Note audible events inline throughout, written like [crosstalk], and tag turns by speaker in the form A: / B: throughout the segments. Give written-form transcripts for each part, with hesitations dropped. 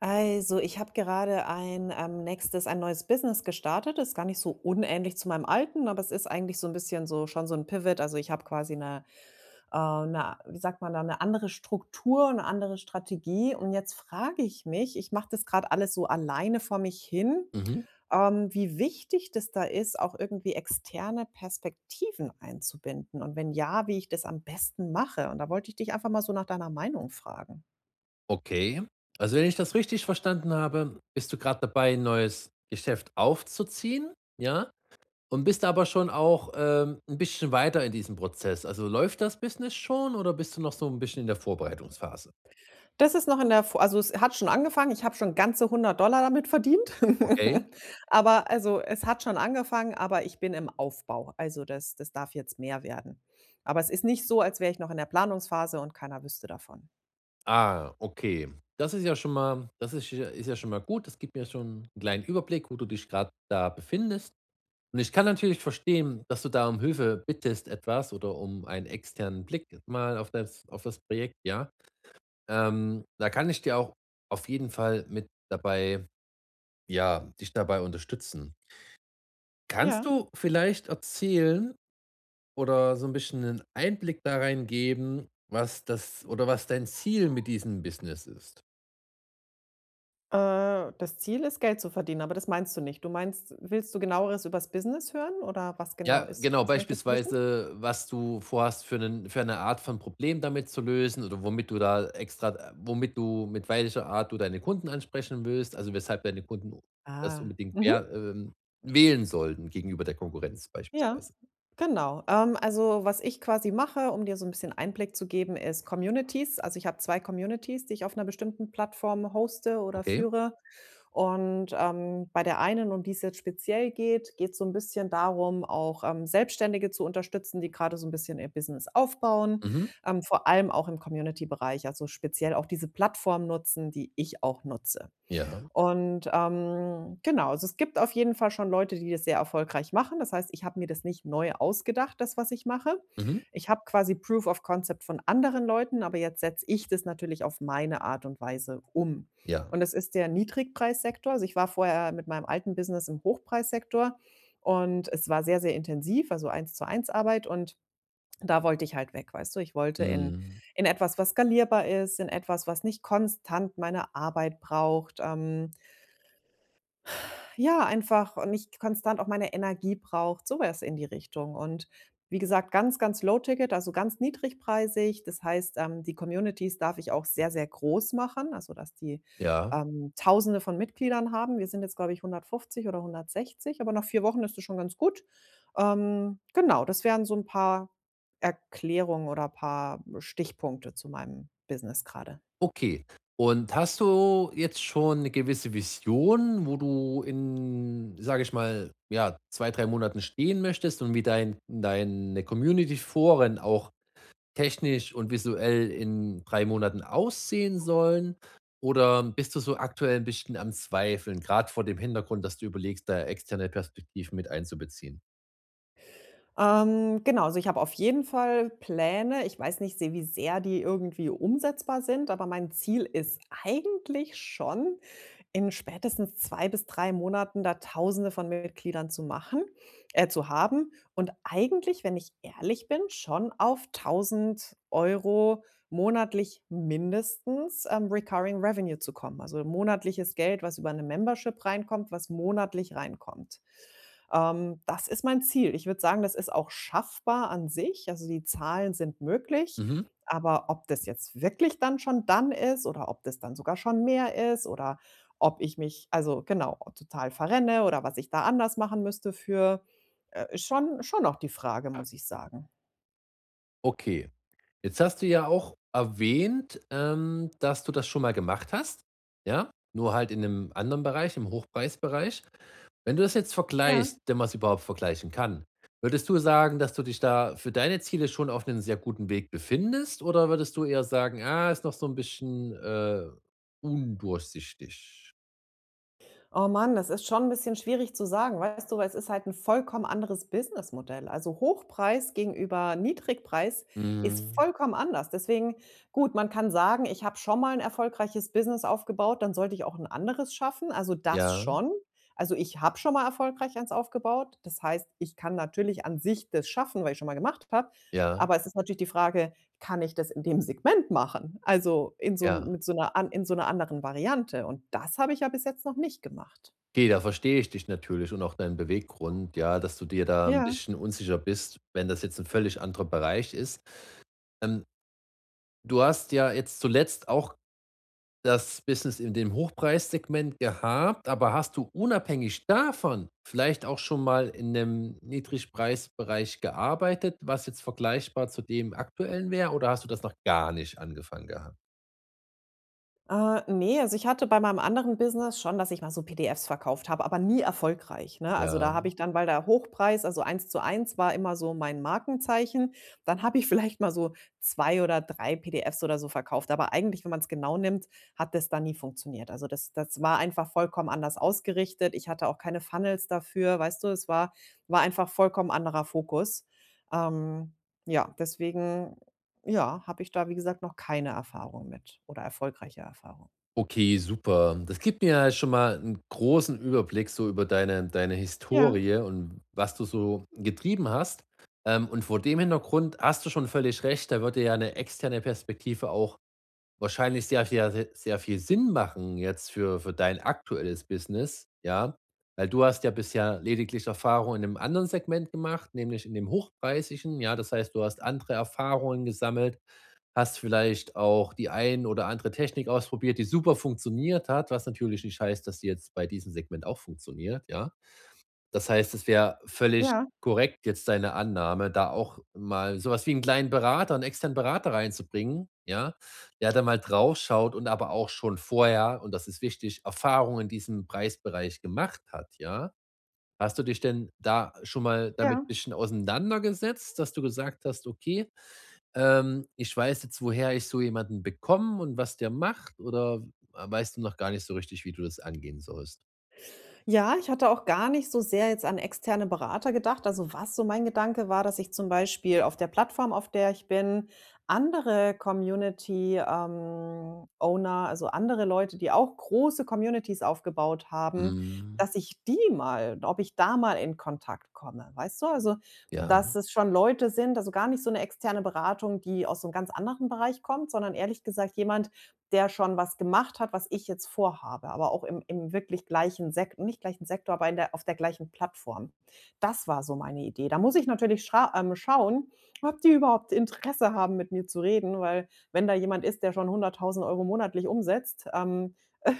A: Also, ich habe gerade ein nächstes ein neues Business gestartet. Ist gar nicht so unähnlich zu meinem alten, aber es ist eigentlich so ein bisschen so schon so ein Pivot. Also, ich habe quasi eine, 'ne wie sagt man da, eine andere Struktur, eine andere Strategie. Und jetzt frage ich mich, ich mache das gerade alles so alleine vor mich hin,
B: Mhm.
A: wie wichtig das da ist, auch irgendwie externe Perspektiven einzubinden und wenn ja, wie ich das am besten mache. Und da wollte ich dich einfach mal so nach deiner Meinung fragen.
B: Okay. Also, wenn ich das richtig verstanden habe, bist du gerade dabei, 'n neues Geschäft aufzuziehen, ja? Und bist aber schon auch, 'n bisschen weiter in diesem Prozess. Also, läuft das Business schon oder bist du noch so ein bisschen in der Vorbereitungsphase?
A: Das ist noch in der Vo also, es hat schon angefangen. Ich habe schon ganze 100 Dollar damit verdient.
B: Okay.
A: [laughs] Aber also, es hat schon angefangen, aber ich bin im Aufbau. Also, das darf jetzt mehr werden. Aber es ist nicht so, als wäre ich noch in der Planungsphase und keiner wüsste davon.
B: Ah, okay. Das ist ja schon mal das ist ja schon mal gut. Das gibt mir schon einen kleinen Überblick, wo du dich gerade da befindest. Und ich kann natürlich verstehen, dass du da um Hilfe bittest etwas oder um einen externen Blick mal auf das Projekt, ja? Da kann ich dir auch auf jeden Fall mit dabei ja, dich dabei unterstützen. Kannst
A: Ja,
B: du vielleicht erzählen oder so ein bisschen einen Einblick da rein geben, was das oder was dein Ziel mit diesem Business ist?
A: das Ziel ist, Geld zu verdienen, aber das meinst du nicht. Du meinst, willst du Genaueres übers Business hören, oder was genau
B: Ja,
A: ist,
B: genau,
A: was möchtest du wissen?
B: beispielsweise, was du vorhast für 'nen für 'ne Art von Problem damit zu lösen oder womit du da extra womit du mit welcher Art du deine Kunden ansprechen willst, also weshalb deine Kunden das
A: Ah,
B: unbedingt wer
A: mhm.
B: wählen sollten gegenüber der Konkurrenz
A: Ja,
B: beispielsweise?
A: genau. Also, was ich quasi mache, um dir so ein bisschen Einblick zu geben, ist Communities. Also, ich habe 2 Communities, die ich auf einer bestimmten Plattform hoste oder
B: Okay.
A: führe. Und, bei der einen, um die es jetzt speziell geht, geht es so ein bisschen darum, auch, Selbstständige zu unterstützen, die gerade so ein bisschen ihr Business aufbauen,
B: Mhm.
A: vor allem auch im Community-Bereich, also speziell auch diese Plattform nutzen, die ich auch nutze.
B: Ja.
A: Und, genau, also es gibt auf jeden Fall schon Leute, die das sehr erfolgreich machen. Das heißt, ich habe mir das nicht neu ausgedacht, das, was ich mache.
B: Mhm.
A: Ich habe quasi Proof of Concept von anderen Leuten, aber jetzt setze ich das natürlich auf meine Art und Weise um.
B: Ja.
A: Und das ist der Niedrigpreissektor. Also, ich war vorher mit meinem alten Business im Hochpreissektor und es war sehr, sehr intensiv, also Eins-zu-eins Arbeit und da wollte ich halt weg, weißt du? Ich wollte in
B: Mhm.
A: in etwas, was skalierbar ist, in etwas, was nicht konstant meine Arbeit braucht, ja, einfach und nicht konstant auch meine Energie braucht, sowas in die Richtung. Und wie gesagt, ganz, ganz low ticket, also ganz niedrigpreisig. Das heißt, die Communities darf ich auch sehr, sehr groß machen, also dass die
B: Ja.
A: Tausende von Mitgliedern haben. Wir sind jetzt, glaube ich, 150 oder 160, aber nach 4 Wochen ist das schon ganz gut. Genau, das wären so ein paar Erklärungen oder ein paar Stichpunkte zu meinem Business gerade.
B: Okay. Und hast du jetzt schon eine gewisse Vision, wo du in, sage ich mal, ja, 2 3 Monaten stehen möchtest und wie deine Community-Foren auch technisch und visuell in 3 Monaten aussehen sollen? Oder bist du so aktuell ein bisschen am Zweifeln, gerade vor dem Hintergrund, dass du überlegst, da externe Perspektiven mit einzubeziehen?
A: Genau, also ich habe auf jeden Fall Pläne. Ich weiß nicht, se wie sehr die irgendwie umsetzbar sind, aber mein Ziel ist eigentlich schon, in spätestens 2 bis 3 Monaten da Tausende von Mitgliedern zu haben und eigentlich, wenn ich ehrlich bin, schon auf 1.000 Euro monatlich mindestens, Recurring Revenue zu kommen, also monatliches Geld, was über eine Membership reinkommt, was monatlich reinkommt. Das ist mein Ziel. Ich würde sagen, das ist auch schaffbar an sich, also die Zahlen sind möglich,
B: Mhm.
A: aber ob das jetzt wirklich dann schon dann ist oder ob das dann sogar schon mehr ist oder ob ich mich, also genau, total verrenne oder was ich da anders machen müsste für ist schon auch die Frage, muss ich sagen.
B: Okay. Jetzt hast du ja auch erwähnt, dass du das schon mal gemacht hast, ja? Nur halt in einem anderen Bereich, im Hochpreisbereich. Wenn du das jetzt
A: Ja.
B: vergleichst, wenn man's überhaupt vergleichen kann, würdest du sagen, dass du dich da für deine Ziele schon auf einem sehr guten Weg befindest oder würdest du eher sagen: „Ah, ist noch so ein bisschen, undurchsichtig?“
A: Oh Mann, das ist schon ein bisschen schwierig zu sagen, weißt du, weil es ist halt ein vollkommen anderes Businessmodell. Also, Hochpreis gegenüber Niedrigpreis ist
B: Mhm.
A: vollkommen anders. Deswegen, gut, man kann sagen: „Ich habe schon mal ein erfolgreiches Business aufgebaut, dann sollte ich auch ein anderes schaffen." Also, das
B: Ja,
A: schon. Also, ich habe schon mal erfolgreich eins aufgebaut. Das heißt, ich kann natürlich an sich das schaffen, weil ich schon mal gemacht habe.
B: ja,
A: Aber es ist natürlich die Frage, kann ich das in dem Segment machen? Also, in so
B: ja.
A: 'nem mit so 'ner an in so 'ner anderen Variante, und das habe ich ja bis jetzt noch nicht gemacht.
B: Okay, da verstehe ich dich natürlich und auch deinen Beweggrund, ja, dass du dir da ein
A: Ja.
B: bisschen unsicher bist, wenn das jetzt ein völlig anderer Bereich ist. Ähm, du hast ja jetzt zuletzt auch das Business in dem Hochpreissegment gehabt, aber hast du unabhängig davon vielleicht auch schon mal in 'nem Niedrigpreisbereich gearbeitet, was jetzt vergleichbar zu dem aktuellen wäre, oder hast du das noch gar nicht angefangen gehabt?
A: Ne, also ich hatte bei meinem anderen Business schon, dass ich mal so PDFs verkauft habe, aber nie erfolgreich, ne? Also,
B: Ja.
A: da habe ich dann, weil der Hochpreis, also eins zu eins, war immer so mein Markenzeichen. Dann habe ich [laughs] vielleicht mal so 2 oder 3 PDFs oder so verkauft, aber eigentlich, wenn man es genau nimmt, hat das dann nie funktioniert. Also, das war einfach vollkommen anders ausgerichtet. Ich hatte auch keine Funnels dafür, weißt du? Es war einfach vollkommen anderer Fokus. Ähm, ja, deswegen, ja, habe ich da, wie gesagt, noch keine Erfahrung mit oder erfolgreiche Erfahrung.
B: Okay, super. Das gibt mir halt schon mal einen großen Überblick so über deine
A: Ja,
B: Historie und was du so getrieben hast. Und vor dem Hintergrund hast du schon völlig recht, da würde ja eine externe Perspektive auch wahrscheinlich sehr viel Sinn machen jetzt für dein aktuelles Business, ja? Weil du hast ja bisher lediglich Erfahrung in 'nem anderen Segment gemacht, nämlich in dem hochpreisigen, ja? Das heißt, du hast andere Erfahrungen gesammelt, hast vielleicht auch die ein oder andere Technik ausprobiert, die super funktioniert hat, was natürlich nicht heißt, dass sie jetzt bei diesem Segment auch funktioniert, ja? Das heißt, es wäre völlig
A: ja,
B: korrekt jetzt deine Annahme, da auch mal sowas wie 'n kleinen Berater 'n externen Berater reinzubringen, ja, der da mal draufschaut und aber auch schon vorher, und das ist wichtig, Erfahrung in diesem Preisbereich gemacht hat, ja? Hast du dich denn da schon mal
A: ja.
B: damit bisschen auseinandergesetzt, dass du gesagt hast: „Okay, ich weiß jetzt, woher ich so jemanden bekomme und was der macht“, oder weißt du noch gar nicht so richtig, wie du das angehen sollst?
A: Ja, ich hatte auch gar nicht so sehr jetzt an externe Berater gedacht. Also, was so mein Gedanke war, dass ich zum Beispiel auf der Plattform, auf der ich bin, andere Community, Owner, also andere Leute, die auch große Communities aufgebaut haben,
B: Mhm,
A: dass ich die mal ob ich da mal in Kontakt komme, weißt du? Also,
B: ja.
A: dass es schon Leute sind, also gar nicht so eine externe Beratung, die aus so einem ganz anderen Bereich kommt, sondern ehrlich gesagt jemand, der schon was gemacht hat, was ich jetzt vorhabe, aber auch im wirklich gleichen Sektor, nicht gleichen Sektor, aber in der auf der gleichen Plattform. Das war so meine Idee. Da muss ich natürlich schauen, ob die überhaupt Interesse haben, mit mir zu reden, weil wenn da jemand ist, der schon 100.000 Euro monatlich umsetzt, [laughs]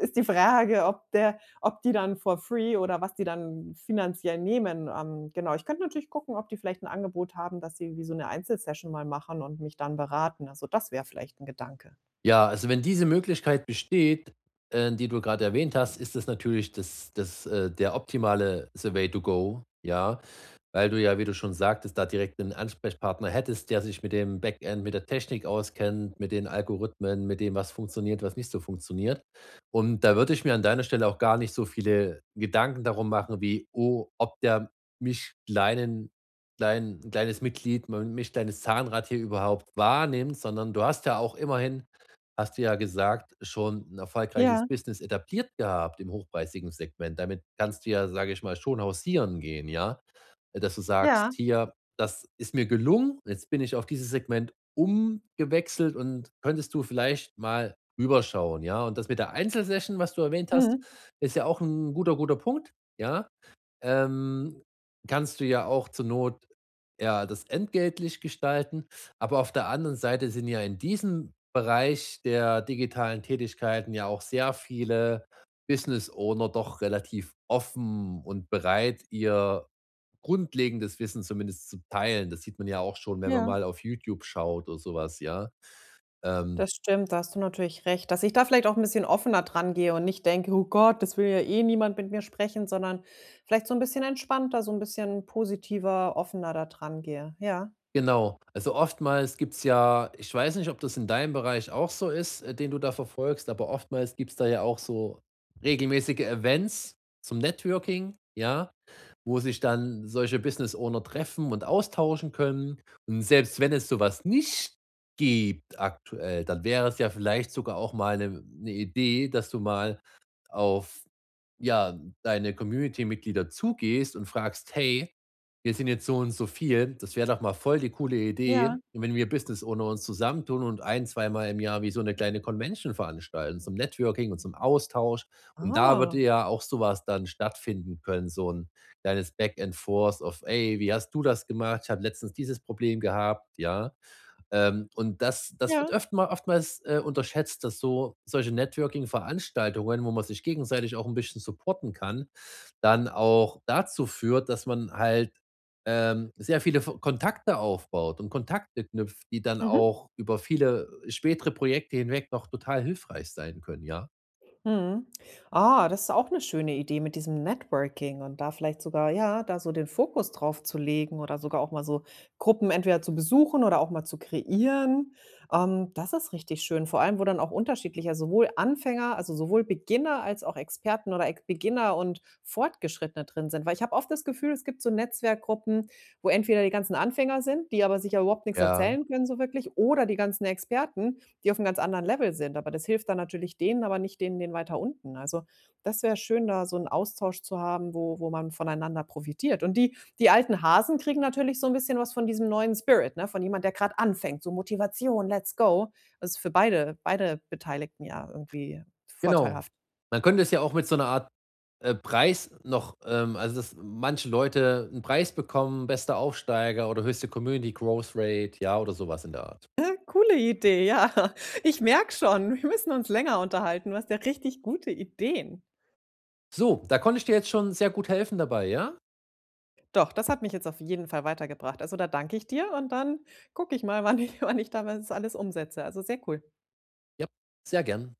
A: ist die Frage, ob der ob die dann for free oder was die dann finanziell nehmen. Genau, ich könnte natürlich gucken, ob die vielleicht ein Angebot haben, dass sie wie so eine Einzelsession mal machen und mich dann beraten. Also, das wäre vielleicht ein Gedanke.
B: Ja, also wenn diese Möglichkeit besteht, die du gerade erwähnt hast, ist das natürlich das der optimale the way to go, ja, weil du ja, wie du schon sagtest, da direkt einen Ansprechpartner hättest, der sich mit dem Backend, mit der Technik auskennt, mit den Algorithmen, mit dem, was funktioniert, was nicht so funktioniert. Und da würde ich mir an deiner Stelle auch gar nicht so viele Gedanken darum machen wie: „Oh, ob der mich kleinen klein ein kleines Mitglied, mein mich kleines Zahnrad hier überhaupt wahrnimmt“, sondern du hast ja auch immerhin hast du ja gesagt, schon ein erfolgreiches
A: Ja,
B: Business etabliert gehabt im hochpreisigen Segment. Damit kannst du ja, sage ich mal, schon hausieren gehen, ja? Dass du sagst:
A: ja,
B: „Hier, das ist mir gelungen, jetzt bin ich auf dieses Segment umgewechselt und könntest du vielleicht mal rüberschauen“, ja? Und das mit der Einzelsession, was du erwähnt hast,
A: mhm,
B: ist ja auch ein guter Punkt, ja? Ähm, kannst du ja auch zur Not, ja, das entgeltlich gestalten. Aber auf der anderen Seite sind ja in diesem Bereich der digitalen Tätigkeiten ja auch sehr viele Business Owner doch relativ offen und bereit, ihr grundlegendes Wissen zumindest zu teilen. Das sieht man ja auch schon, wenn man
A: ja,
B: mal auf YouTube schaut oder sowas, ja. Ähm,
A: das stimmt, da hast du natürlich recht, dass ich da vielleicht auch 'n bisschen offener dran gehe und nicht denke: „Oh Gott, das will ja eh niemand mit mir sprechen", sondern vielleicht so 'n bisschen entspannter, so 'n bisschen positiver, offener da dran gehe. Ja,
B: genau. Also oftmals gibt's ja ich weiß nicht, ob das in deinem Bereich auch so ist, den du da verfolgst, aber oftmals gibt's da ja auch so regelmäßige Events zum Networking, ja? Wo sich dann solche Business Owner treffen und austauschen können. Und selbst wenn es sowas nicht gibt aktuell, dann wäre es ja vielleicht sogar auch mal eine 'ne Idee, dass du mal auf, ja, deine Community-Mitglieder zugehst und fragst: „Hey, wir sind jetzt so und so viel. Das wäre doch mal voll die coole
A: ja.
B: Idee, wenn wir Business Owner uns zusammentun und ein zweimal im Jahr wie so eine kleine Convention veranstalten zum Networking und zum Austausch.“ Und da
A: Ah,
B: würde ja auch sowas dann stattfinden können, so 'n kleines Back and Forth of: „Ey, wie hast du das gemacht? Ich habe letztens dieses Problem gehabt“, ja? Und das wird
A: ja,
B: öfter mal oftmals, unterschätzt, dass so solche Networking-Veranstaltungen, wo man sich gegenseitig auch ein bisschen supporten kann, dann auch dazu führt, dass man halt, sehr viele v Kontakte aufbaut und Kontakte knüpft, die dann
A: mhm.
B: auch über viele spätere Projekte hinweg noch total hilfreich sein können, ja?
A: Mhm. Ah, das ist auch eine schöne Idee mit diesem Networking und da vielleicht sogar, ja, da so den Fokus drauf zu legen oder sogar auch mal so Gruppen entweder zu besuchen oder auch mal zu kreieren. Das ist richtig schön, vor allem, wo dann auch unterschiedlicher sowohl Anfänger, also sowohl Beginner als auch Experten oder Ex Beginner und Fortgeschrittene drin sind. Weil ich habe oft das Gefühl, es gibt so Netzwerkgruppen, wo entweder die ganzen Anfänger sind, die aber sich ja überhaupt nichts
B: Ja,
A: erzählen können so wirklich, oder die ganzen Experten, die auf'm ganz anderen Level sind. Aber das hilft dann natürlich denen, aber nicht denen den weiter unten. Also, das wäre schön, da so 'n Austausch zu haben, wo man voneinander profitiert. Und die alten Hasen kriegen natürlich so 'n bisschen was von diesem neuen Spirit, ne, von jemand, der grad anfängt, so Motivation, let's go. Das ist für beide Beteiligten ja irgendwie
B: genau.
A: vorteilhaft.
B: Man könnte es ja auch mit so einer Art Preis noch, also, dass manche Leute einen Preis bekommen, bester Aufsteiger oder höchste Community Growth Rate, ja, oder sowas in der Art.
A: Ja, coole Idee, ja. Ich merke schon, wir müssen uns länger unterhalten. Du hast ja richtig gute Ideen.
B: So, da konnte ich dir jetzt schon sehr gut helfen dabei, ja?
A: Doch, das hat mich jetzt auf jeden Fall weitergebracht. Also, da danke ich dir und dann gucke ich mal, wann ich [laughs] wann ich da was alles umsetze. Also, sehr cool.
B: Ja, sehr gern.